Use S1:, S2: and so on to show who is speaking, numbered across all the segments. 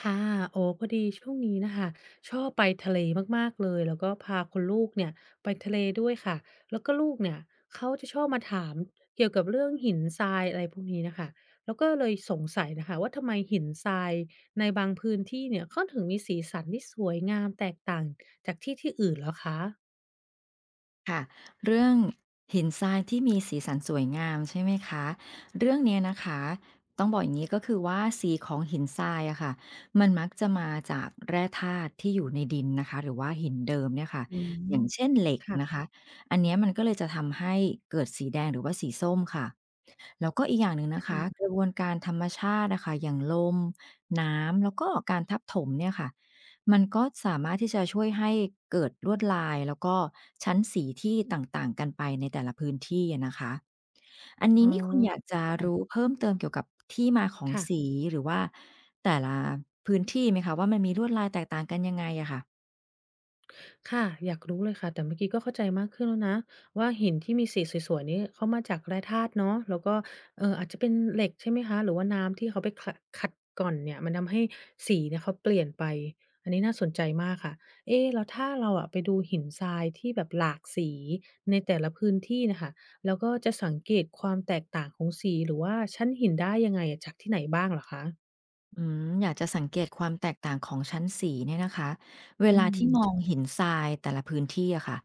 S1: ค่ะโอ้อพอดีช่วงนี้น่ะค่ะชอบไปทะเลมากๆเลยแล้วก็พาคุณลูกเนี่ยไปทะเลด้วยค่ะแล้วก็ลูกเนี่ยเขาจะชอบมาถามเกี่ยวกับเรื่องหินทรายอะไรพวกนี้น่ะค่ะแล้วก็เลยสงสัยน่ะค่ะว่าทำไมหินทรายในบางพื้นที่เนี่ยเขาถึงมีสีสันที่สวยงามแตกต่างจากที่ที่อื่นเหรอคะ
S2: ค่ะเรื่องหินทรายที่มีสีสันสวยงามใช่ไหมคะเรื่องเนี้ยนะคะต้องบอกอย่างนี้ก็คือว่าสีของหินทรายอะค่ะมันมักจะมาจากแร่ธาตุที่อยู่ในดินนะคะหรือว่าหินเดิมเนี่ยค่ะ
S1: อื
S2: อย่า
S1: ม
S2: งเช่นเหล็กนะ
S1: ค่ะ
S2: คะอันเนี้ยมันก็เลยจะทำให้เกิดสีแดงหรือว่าสีส้มค่ะแล้วก็อีกอย่างหนึ่งนะคะกระบวนการธรรมชาตินะคะอย่างลมน้ำแล้วก็การทับถมเนี่ยค่ะ มันก็สามารถที่จะช่วยให้เกิดลวดลายแล้วก็ชั้นสีที่ต่างๆกันไปในแต่ละพื้นที่อะนะคะ อัน
S1: ๆอ๋
S2: นี้
S1: อ
S2: นี่คุณอยากจะรู้
S1: ค่ะ
S2: เพิ่มเติมเกี่ยวกับที่มาของ
S1: ค่ะ
S2: สีหรือว่าแต่ละพื้นที่ไหมคะว่ามันมีลวดลายแตกต่างกันยังไงอะค่ะ
S1: ค่ะอยากรู้เลยค่ะแต่เมื่อกี้ก็เข้าใจมากขึ้นแล้วนะว่าหินที่มีสีสวยๆนี้เขามาจากแร่ธาตุเนาะแล้วก็อาจจะเป็นเหล็กใช่ไหมคะหรือว่าน้ำที่เขาไปขัดกร่อนเนี่ยมันทำให้สีเนี่ยเขาเปลี่ยนไปอันนี้น่าสนใจมากค่ะเอ๊แล้วถ้าเราอะไปดูหินทรายที่แบบหลากสีในแต่ละพื้นที่น่ะค่ะแล้วก็จะสังเกตความแตกต่างของสีหรือว่าชั้นหินได้ยังไงอะจากที่ไหนบ้างเหรอคะ
S2: อืมอยากจะสังเกตความแตกต่างของชั้นสีเนี่ยนะคะ เว
S1: อื
S2: ลาที่
S1: ม
S2: มองหินทรายแต่ละพื้นที่อะค่ะ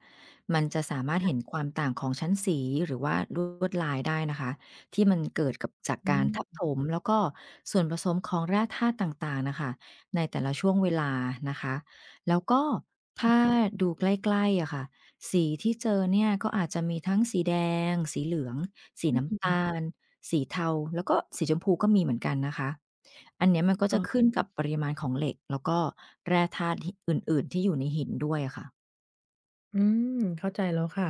S2: มันจะสามารถเห็นความต่างของชั้นสีหรือว่าลวดลายได้นะคะที่มันเกิดกับจากกา
S1: อื
S2: รทับถ
S1: ม
S2: มแล้วก็ส่วนผสมของแร่ธาตุต่างๆนะคะในแต่ละช่วงเวลานะคะแล้วก็ถ้าดูใกล้ๆอะค่ะสีที่เจอเนี่ยก็อาจจะมีทั้งสีแดงสีเหลืองสี
S1: อื
S2: น้ำ
S1: ม
S2: ตาลสีเทาแล้วก็สีชมพูก็มีเหมือนกันนะคะ อันเนี้ยมันก็
S1: อ๋
S2: จะ
S1: อ
S2: ขึ้นกับปริมาณของเหล็กแล้วก็แร่ธาตุที่อื่นๆ ที่อยู่ในหินด้วยอะค่ะ
S1: อืมเข้าใจแล้วค่ะ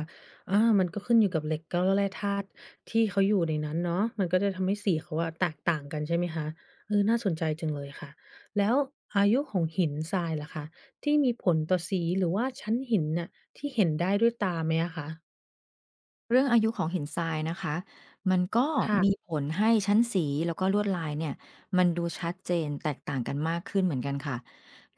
S1: อามันก็ขึ้นอยู่กับเหล็กก็แร่ธาตุที่เขาอยู่ในนั้นเนาะมันก็จะทำให้สีเขาอะแตกต่างกันใช่ไหมคะเออน่าสนใจจังเลยค่ะแล้วอายุของหินทรายล่ะคะที่มีผลต่อสีหรือว่าชั้นหินน่ะที่เห็นได้ด้วยตาไหมอะคะ
S2: เรื่องอายุของหินทรายนะคะมันก็
S1: ค่ะ
S2: มีผลให้ชั้นสีแล้วก็ลวดลายเนี่ยมันดูชัดเจนแตกต่างกันมากขึ้นเหมือนกันค่ะ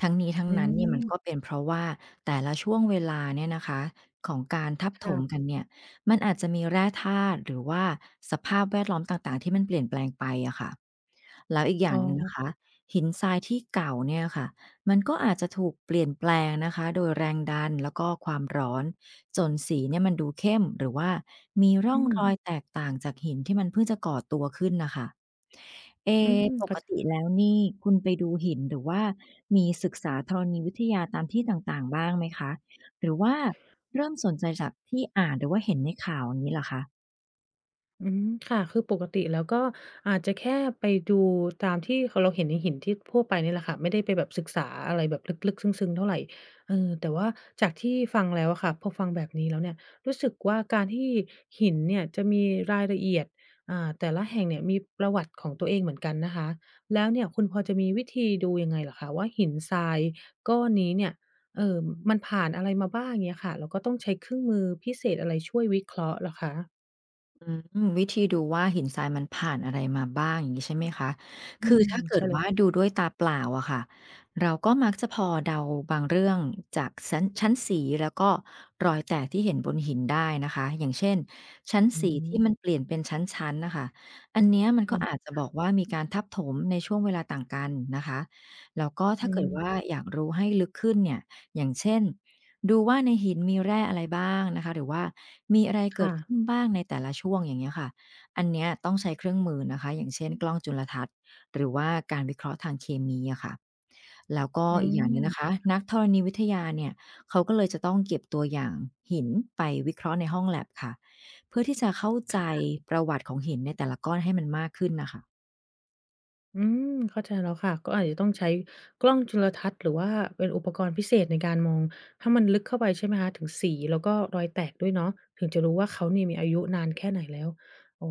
S2: ทั้งนี้ทั้ง
S1: อื
S2: นั้นเนี่ยมันก็
S1: ม
S2: เป็นเพราะว่าแต่ละช่วงเวลาเนี่ยนะคะของการทับถม
S1: ค่ะ
S2: กันเนี่ยมันอาจจะมีแร่ธาตุหรือว่าสภาพแวดล้อมต่างๆที่มันเปลี่ยนแปลงไปอะค่ะแล้วอีกอ
S1: อ๋
S2: ย่างหนึ่งนะ
S1: อ
S2: คะหินทรายที่เก่าเนี่ยค่ะมันก็อาจจะถูกเปลี่ยนแปลงนะคะโดยแรงดันแล้วก็ความร้อน จนสีเนี่ยมันดูเข้มหรือว่ามีร่
S1: อื
S2: องร
S1: ม
S2: อยแตกต่างจากหินที่มันเพิ่งจะก่อตัวขึ้นน่ะค่ะเอ
S1: อืม
S2: ปก
S1: เข้าใจ
S2: ติแล้วนี่คุณไปดูหินหรือว่ามีศึกษาธรณีวิทยาตามที่ต่างๆบ้างไหมคะหรือว่าเริ่มสนใจจากที่อ่านหรือว่าเห็นในข่าวอย่างงี้เหรอคะ
S1: อืมค่ะคือปกติแล้วก็อาจจะแค่ไปดูตามที่คเราเห็นในหินที่ทั่วไปเนี่ยแหละค่ะไม่ได้ไปแบบศึกษาอะไรแบบลึกๆซึ้งๆเท่าไรเออแต่ว่าจากที่ฟังแล้วอะค่ะพอฟังแบบนี้แล้วเนี่ยรู้สึกว่าการที่หินเนี่ยจะมีรายละเอียดแต่ละแห่งเนี่ยมีประวัติของตัวเองเหมือนกันนะคะแล้วเนี่ยคุณพอจะมีวิธีดูยังไงเหรอคะว่าหินทรายก้อนนี้เนี่ยเอ่อมันผ่านอะไรมาบ้างเงี้ยค่ะแล้วก็ต้องใช้เครื่องมือพิเศษอะไรช่วยวิเคราะห์เหรอคะ
S2: อืมวิธีดูว่าหินทรายมันผ่านอะไรมาบ้างอย่างงี้ใช่ไหมคะ
S1: อื
S2: คือ
S1: ม
S2: ถ้าเกิด
S1: ใช่เลย
S2: ว่าดูด้วยตาเปล่าอะค่ะเราก็มักจะพอเดาบางเรื่องจากชั้นสีแล้วก็รอยแตกที่เห็นบนหินได้นะคะอย่างเช่นชั้น
S1: อื
S2: สีที่มัน
S1: ม
S2: เปลี่ยนเป็นชั้นๆน่ะค่ะอันเนี้ยมันก็อา
S1: ค่ะ
S2: จจะบอกว่ามีการทับถมในช่วงเวลาต่างกันนะคะแล้วก็ถ้า
S1: อื
S2: เกิด
S1: ม
S2: ว่าอยากรู้ให้ลึกขึ้นเนี่ยอย่างเช่น ดูว่าในหินมีแร่อะไรบ้างนะคะหรือว่ามีอะไรเกิด
S1: ค่ะ
S2: ขึ้นบ้างในแต่ละช่วงอย่างเงี้ยค่ะอันเนี้ยต้องใช้เครื่องมือนะคะอย่างเช่นกล้องจุลทรรศน์หรือว่าการวิเคราะห์ทางเคมีอะค่ะแล้วก็
S1: อื
S2: อีกอย่างหนึ่งนะ
S1: ม
S2: คะนักธรณีวิทยาเนี่ยเขาก็เลยจะต้องเก็บตัวอย่างหินไปวิเคราะห์ในห้องแลบค่ะเพื่อที่จะเข้าใจประวัติของหินในแต่ละก้อนให้มันมากขึ้นน่ะค่ะ
S1: อืมเข้าใจแล้วค่ะก็อาจจะต้องใช้กล้องจุลทรรศน์หรือว่าเป็นอุปกรณ์พิเศษในการมองให้มันลึกเข้าไปใช่ไหมคะถึงสีแล้วก็รอยแตกด้วยเนาะถึงจะรู้ว่าเขาเนี่ยมีอายุนานแค่ไหนแล้วโอ้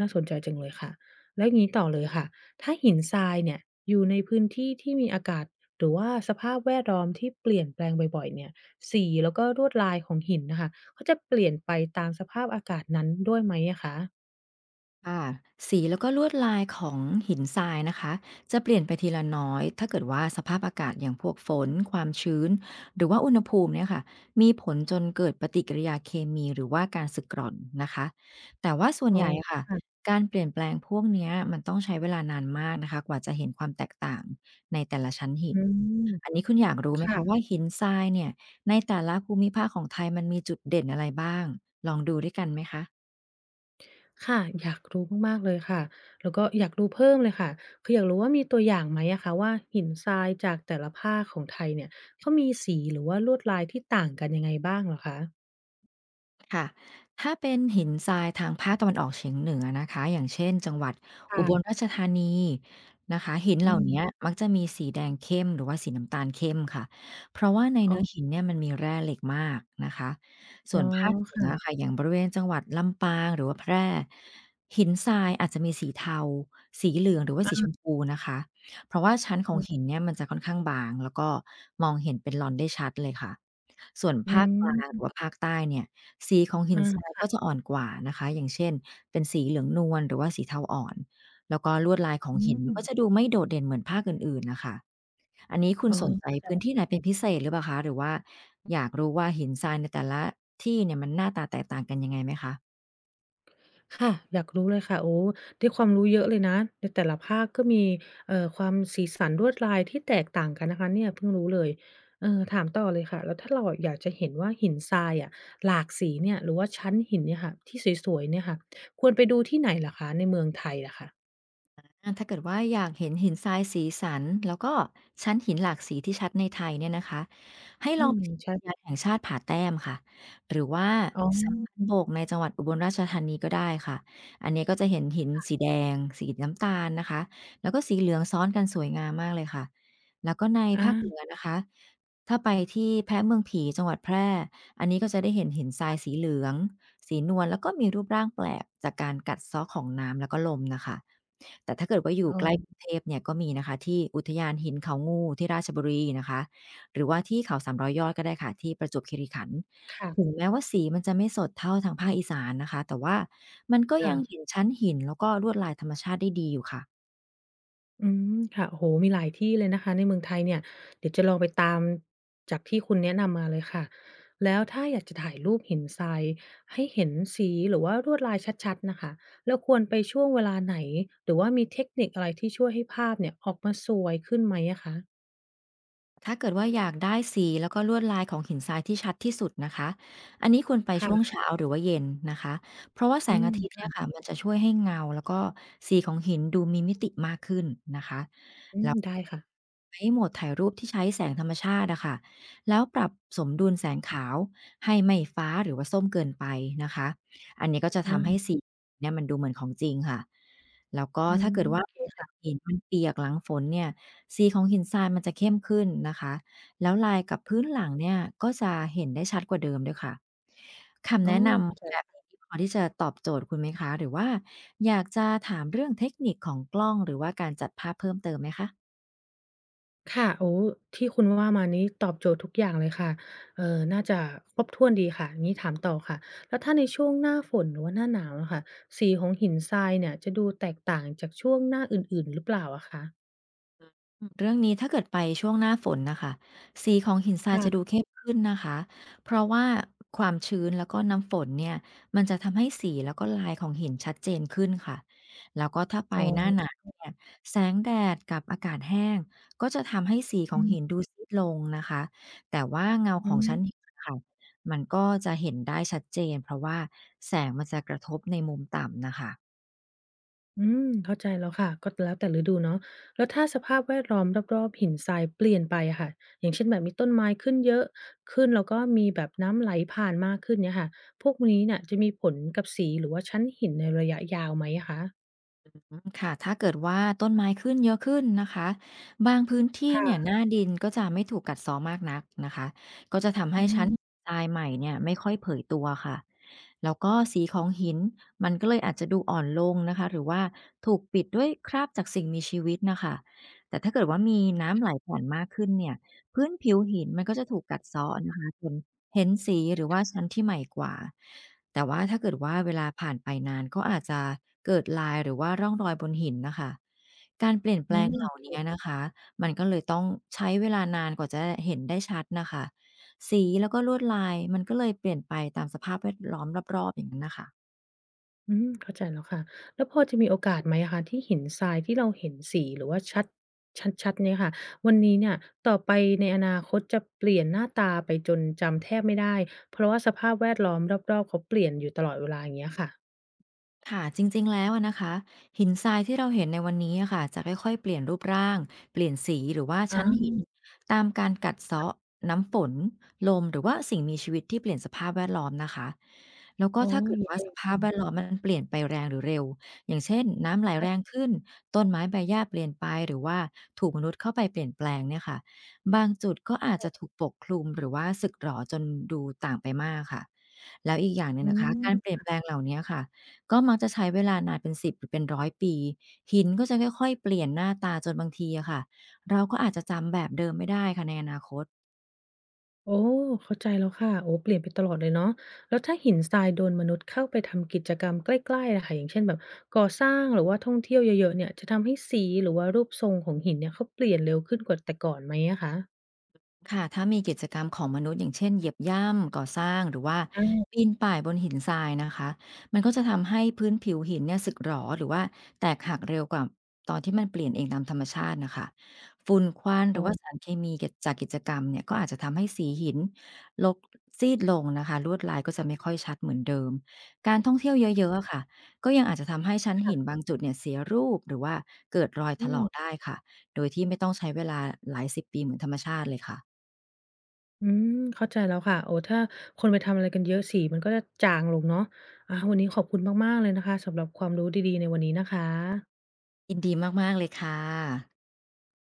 S1: น่าสนใจจังเลยค่ะแล้วอย่างงี้ต่อเลยค่ะ ถ้าหินทรายเนี่ยอยู่ในพื้นที่ที่มีอากาศหรือว่าสภาพแวดล้อมที่เปลี่ยนแปลงบ่อยๆเนี่ยสีแล้วก็ลวดลายของหินน่ะค่ะเขาจะเปลี่ยนไปตามสภาพอากาศนั้นด้วยไหมอะคะ
S2: ค่ะสีแล้วก็ลวดลายของหินทรายนะคะจะเปลี่ยนไปทีละน้อยถ้าเกิดว่าสภาพอากาศอย่างพวกฝนความชื้นหรือว่าอุณหภูมิเนี่ยค่ะมีผลจนเกิดปฏิกิริยาเคมีหรือว่าการสึกกร่อนนะคะแต่ว่าส่วน
S1: อ๋อ
S2: ใหญ่อะค่ะ
S1: ค่ะ
S2: การเปลี่ยนแปลงพวกเนี้ยมันต้องใช้เวลานานมากนะคะกว่าจะเห็นความแตกต่างในแต่ละชั้นหิ
S1: อื
S2: น
S1: ม
S2: อันนี้คุณอยากรู้ไหม
S1: ค่ะ
S2: คะว่าหินทรายเนี่ยในแต่ละภูมิภาคของไทยมันมีจุดเด่นอะไรบ้างลองดูด้วยกันไหมคะ
S1: ค่ะ อยากรู้มากๆ เลยค่ะ แล้วก็อยากรู้เพิ่มเลยค่ะ คืออยากรู้ว่ามีตัวอย่างไหมอะคะว่าหินทรายจากแต่ละภาคของไทยเนี่ย เขามีสีหรือว่าลวดลายที่ต่างกันยังไงบ้างเหรอคะ
S2: ค่ะถ้าเป็นหินทรายทางภาคตะวันออกเฉียงเหนือนะคะอย่างเช่นจังหวัดอุบลรา
S1: ค่ะ
S2: ชธานีนะคะหินเห
S1: อื
S2: ล่าเนี้ย
S1: ม
S2: มักจะมีสีแดงเข้มหรือว่าสีน้ำตาลเข้มค่ะเพราะว่าใน
S1: อ๋อ
S2: เนื้อหินเนี่ยมันมีแร่เหล็กมากนะคะส่
S1: อ๋อ
S2: วนภาคเหนือ
S1: ค่ะ
S2: ค่ะอย่างบริเวณจังหวัดลำปางหรือว่าแพร่หินทรายอาจจะมีสีเทาสีเหลืองหรือว่าสีช
S1: อา
S2: มพูนะคะเพราะว่าชั้นขอ
S1: อื
S2: ง
S1: ม
S2: หินเนี่ยมันจะค่อนข้างบางแล้วก็มองเห็นเป็นลอนได้ชัดเลยค่ะส่วนภาคกลางหรือว่าภาคใต้เนี่ย สีของหิ
S1: อ
S2: นทราย
S1: า
S2: ก็จะอ่อนกว่านะคะอย่างเช่นเป็นสีเหลืองนวลหรือว่าสีเทาอ่อนแล้วก็ลวดลายของ
S1: อื
S2: หิน
S1: ม
S2: ก็จะดูไม่โดดเด่นเหมือนภาคอื่นๆนะคะอันนี้คุ
S1: อ๋
S2: ณ
S1: อ
S2: สนใจ
S1: เข้า
S2: พื้น
S1: ใจ
S2: ที่ไหนเป็นพิเศษหรือเปล่าคะหรือว่าอยากรู้ว่าหินทรายในแต่ละที่เนี่ยมันหน้าตาแตกต่างกันยังไงไหมคะ
S1: ค่ะอยากรู้เลยค่ะโอ้ได้ความรู้เยอะเลยนะในแต่ละภาคก็มีความสีสันลวดลายที่แตกต่างกันนะคะเนี่ยเพิ่งรู้เลยเออถามต่อเลยค่ะแล้วถ้าเราอะอยากจะเห็นว่าหินทรายอะหลากสีเนี่ยหรือว่าชั้นหินเนี่ยค่ะที่สวยๆเนี่ยค่ะควรไปดูที่ไหนเหรอคะในเมืองไทยอะค่ะ
S2: อาถ้าเกิดว่าอยากเห็นหินทรายสีสันแล้วก็ชั้นหินหลากสีที่ชัดในไทยเนี่ยนะคะให้ล
S1: อื
S2: อง
S1: ม
S2: ไปที่
S1: ใช่
S2: อุทยานแห่งชาติผาแต้มค่ะหรือว่า
S1: อ๋อ
S2: สามพันโบกในจังหวัดอุบลราชธานีก็ได้ค่ะอันนี้ก็จะเห็นหินสีแดงสีน้ำตาลนะคะแล้วก็สีเหลืองซ้อนกันสวยงามมากเลยค่ะแล้วก็ใน
S1: อา
S2: ภาคเหนือนะคะถ้าไปที่แพะเมืองผีจังหวัดแพร่อันนี้ก็จะได้เห็นหินทรายสีเหลืองสีนวลแล้วก็มีรูปร่างแปลกจากการกัดเซาะของน้ำแล้วก็ลมนะคะ แต่ถ้าเกิดว่าอยู่
S1: อ๋
S2: ใกล้กรุง
S1: อ
S2: เทพเนี่ยก็มีนะคะที่อุทยานหินเขางูที่ราชบุรีนะคะหรือว่าที่เขา300ยยอดก็ได้ค่ะที่ประจวบคีรีขันธ์
S1: ค่ะ
S2: ถึงแม้ว่าสีมันจะไม่สดเท่าทางภาคอีสานนะคะแต่ว่ามันก็
S1: ค่ะ
S2: ยังเห็นชั้นหินแล้วก็ลวดลายธรรมชาติได้ดีอยู่ค่ะ
S1: อืมค่ะโอ้โฮมีหลายที่เลยนะคะในเมืองไทยเนี่ยเดี๋ยวจะลองไปตามจากที่คุณแนะนำมาเลยค่ะแล้วถ้าอยากจะถ่ายรูปหินทรายให้เห็นสีหรือว่าลวดลายชัดๆน่ะค่ะเราควรไปช่วงเวลาไหนหรือว่ามีเทคนิคอะไรที่ช่วยให้ภาพเนี่ยออกมาสวยขึ้นไหมอะคะ
S2: ถ้าเกิดว่าอยากได้สีแล้วก็ลวดลายของหินทรายที่ชัดที่สุดนะคะ อันนี้ควรไปช่วง
S1: ค่ะ
S2: เช้าหรือว่าเย็นนะคะ เพราะว่าแส
S1: อื
S2: ง
S1: ม
S2: อาทิตย์เนี่ยค่ะ
S1: ค่ะ
S2: มันจะช่วยให้เงาแล้วก็สีของหินดูมีมิติมากขึ้นนะคะ
S1: อื
S2: แล้
S1: ม
S2: ว
S1: ได้ค่ะ
S2: ใช้โหมดถ่ายรูปที่ใช้แสงธรรมชาติอะค่ะแล้วปรับสมดุลแสงขาวให้ไม่ฟ้าหรือว่าส้มเกินไปนะคะ อันนี้ก็จะ
S1: อา
S2: ทำให้สีเนี่ยมันดูเหมือนของจริงค่ะ แล้วก็
S1: อื
S2: ถ้า
S1: ม
S2: เกิด
S1: โอ
S2: ว่า
S1: เคค่ะ
S2: หินมันเปียกหลังฝนเนี่ยสีของหินทรายมันจะเข้มขึ้นนะคะแล้วลายกับพื้นหลังเนี่ยก็จะเห็นได้ชัดกว่าเดิมด้วยค่ะคำ
S1: อ๋อ
S2: แนะน
S1: เข้าใจ
S2: ำแบบนี้พอที่จะตอบโจทย์คุณไหมคะหรือว่าอยากจะถามเรื่องเทคนิคของกล้องหรือว่าการจัดภาพเพิ่มเติมไหมคะ
S1: ค่ะโอ้ที่คุณว่ามานี้ตอบโจทย์ทุกอย่างเลยค่ะน่าจะครบถ้วนดีค่ะงี้ถามต่อค่ะแล้วถ้าในช่วงหน้าฝนหรือว่าหน้าหนาวอะค่ะสีของหินทรายเนี่ยจะดูแตกต่างจากช่วงหน้าอื่นๆหรือเปล่าอะคะ
S2: อืมเรื่องนี้ถ้าเกิดไปช่วงหน้าฝนน่ะค่ะสีของหินทราย
S1: ค่ะ
S2: จะดูเข้มขึ้นนะคะเพราะว่าความชื้นแล้วก็น้ำฝนเนี่ยมันจะทำให้สีแล้วก็ลายของหินชัดเจนขึ้นค่ะแล้วก็ถ้าไป
S1: อ๋อ
S2: หน้าหนาวเนี่ยแสงแดดกับอากาศแห้งก็จะทำให้สีขอ
S1: อื
S2: งหินดู
S1: ม
S2: ซีดลงนะคะแต่ว่าเงาข
S1: อื
S2: องชั้นหิ
S1: ม
S2: นค่ะมันก็จะเห็นได้ชัดเจนเพราะว่าแสงมันจะกระทบในมุมต่ำน่ะค่ะ
S1: อืมเข้าใจแล้วค่ะก็แล้วแต่ฤดูเนาะแล้วถ้าสภาพแวดล้อมรอบๆหินทรายเปลี่ยนไปอะค่ะอย่างเช่นแบบมีต้นไม้ขึ้นเยอะขึ้นแล้วก็มีแบบน้ำไหลผ่านมากขึ้นเนี่ยค่ะพวกนี้เนี่ยจะมีผลกับสีหรือว่าชั้นหินในระยะยาวไหมอะคะ
S2: อืมค่ะถ้าเกิดว่าต้นไม้ขึ้นเยอะขึ้นนะคะบางพื้นที่
S1: ค่ะ
S2: เนี่ยหน้าดินก็จะไม่ถูกกัดเซาะมากนักนะคะก็จะทำให้
S1: อื
S2: ชั้น
S1: ม
S2: ทรายใหม่เนี่ยไม่ค่อยเผยตัวค่ะแล้วก็สีของหินมันก็เลยอาจจะดูอ่อนลงนะคะหรือว่าถูกปิดด้วยคราบจากสิ่งมีชีวิตนะคะ แต่ถ้าเกิดว่ามีน้ำไหลผ่านมากขึ้นเนี่ยพื้นผิวหินมันก็จะถูกกัดเซาะนะคะจนเห็นสีหรือว่าชั้นที่ใหม่กว่าแต่ว่าถ้าเกิดว่าเวลาผ่านไปนานก็อาจจะเกิดลายหรือว่าร่องรอยบนหินนะคะการเปลี่ยนแป
S1: อื
S2: ลง
S1: ม
S2: เห
S1: โอ
S2: ล่า
S1: เค
S2: นี้นะคะมันก็เลยต้องใช้เวลานานกว่าจะเห็นได้ชัดนะคะสีแล้วก็ลวดลายมันก็เลยเปลี่ยนไปตามสภาพแวดล้อมรอบๆอย่างนั้นนะคะ
S1: อืมเข้าใจแล้วค่ะแล้วพอจะมีโอกาสไหมอะคะที่หินทรายที่เราเห็นสีหรือว่าชัดๆเนี่ยค่ะวันนี้เนี่ยต่อไปในอนาคตจะเปลี่ยนหน้าตาไปจนจำแทบไม่ได้เพราะว่าสภาพแวดล้อมรอบๆเขาเปลี่ยนอยู่ตลอดเวลาอย่างเงี้ยค่ะ
S2: ค่ะจริงๆแล้วอะนะคะหินทรายที่เราเห็นในวันนี้อะค่ะจะค่อยๆเปลี่ยนรูปร่างเปลี่ยนสีหรือว่า
S1: อา
S2: ชั้นหินตามการกัดเซาะน้ำฝนลมหรือว่าสิ่งมีชีวิตที่เปลี่ยนสภาพแวดล้อมนะคะแล้วก็
S1: โอ้
S2: ถ้าเกิด
S1: อย่าง
S2: ว่า
S1: งี้
S2: ส
S1: เอ
S2: ภา
S1: ง
S2: พแวดล้อมมันเปลี่ยนไปแรงหรือเร็วอย่างเช่นน้ำไหลแรง
S1: ค่ะ
S2: ขึ้นต้นไม้ใบหญ้าเปลี่ยนไปหรือว่าถูกมนุษย์เข้าไปเปลี่ยนแปลงเนี่ยค่ะบางจุดก็อาจจะถูกปกคลุมหรือว่าสึกหรอจนดูต่างไปมากค่ะแล้วอีกอย่างหนึ่ง
S1: อื
S2: นะคะการเปลี่ย
S1: ม
S2: นแปลงเหล่านี้ค่ะ ก็มักจะใช้เวลานานเป็นสิบหรือเป็นร้อยปีหินก็จะค่อยๆเปลี่ยนหน้าตาจนบางทีอะค่ะเราก็อาจจะจำแบบเดิมไม่ได้ค่ะในอนาคต
S1: โอ้เข้าใจแล้วค่ะโอ้เปลี่ยนไปตลอดเลยเนาะแล้วถ้าหินทรายโดนมนุษย์เข้าไปทำกิจกรรมใกล้ๆอะค่ะอย่างเช่นแบบก่อสร้างหรือว่าท่องเที่ยวเยอะๆเนี่ยจะทำให้สีหรือว่ารูปทรงของหินเนี่ยเขาเปลี่ยนเร็วขึ้นกว่าแต่ก่อนไหมอะคะ
S2: ค่ะถ้ามีกิจกรรมของมนุษย์อย่างเช่นเหยียบย่ำก่อสร้างหรือว่า
S1: อา
S2: ปีนป่ายบนหินทรายนะคะมันก็จะทำให้พื้นผิวหินเนี่ยสึกหรอหรือว่าแตกหักเร็วกว่าตอนที่มันเปลี่ยนเองตามธรรมชาตินะคะฝุ่นควันห
S1: อ๋อ
S2: รือว่าสารเคมีกิจากกิจกรรมเนี่ยก็อาจจะทำให้สีหินลกซีดลงนะคะลวดลายก็จะไม่ค่อยชัดเหมือนเดิมการท่องเที่ยวเยอะๆอะค่ะก็ยังอาจจะทำให้ชั้นหิน
S1: ค่ะ
S2: บางจุดเนี่ยเสียรูปหรือว่าเกิดรอยถ
S1: อื
S2: ล
S1: ม
S2: อกได้ค่ะโดยที่ไม่ต้องใช้เวลาหลายสิบปีเหมือนธรรมชาติเลยค่ะ
S1: อืมเข้าใจแล้วค่ะโอ้ถ้าคนไปทำอะไรกันเยอะสีมันก็จะจางลงเนาะอาวันนี้ขอบคุณมากๆเลยนะคะสำหรับความรู้ดีๆในวันนี้นะคะ
S2: ยินดีมากๆเลยค่ะ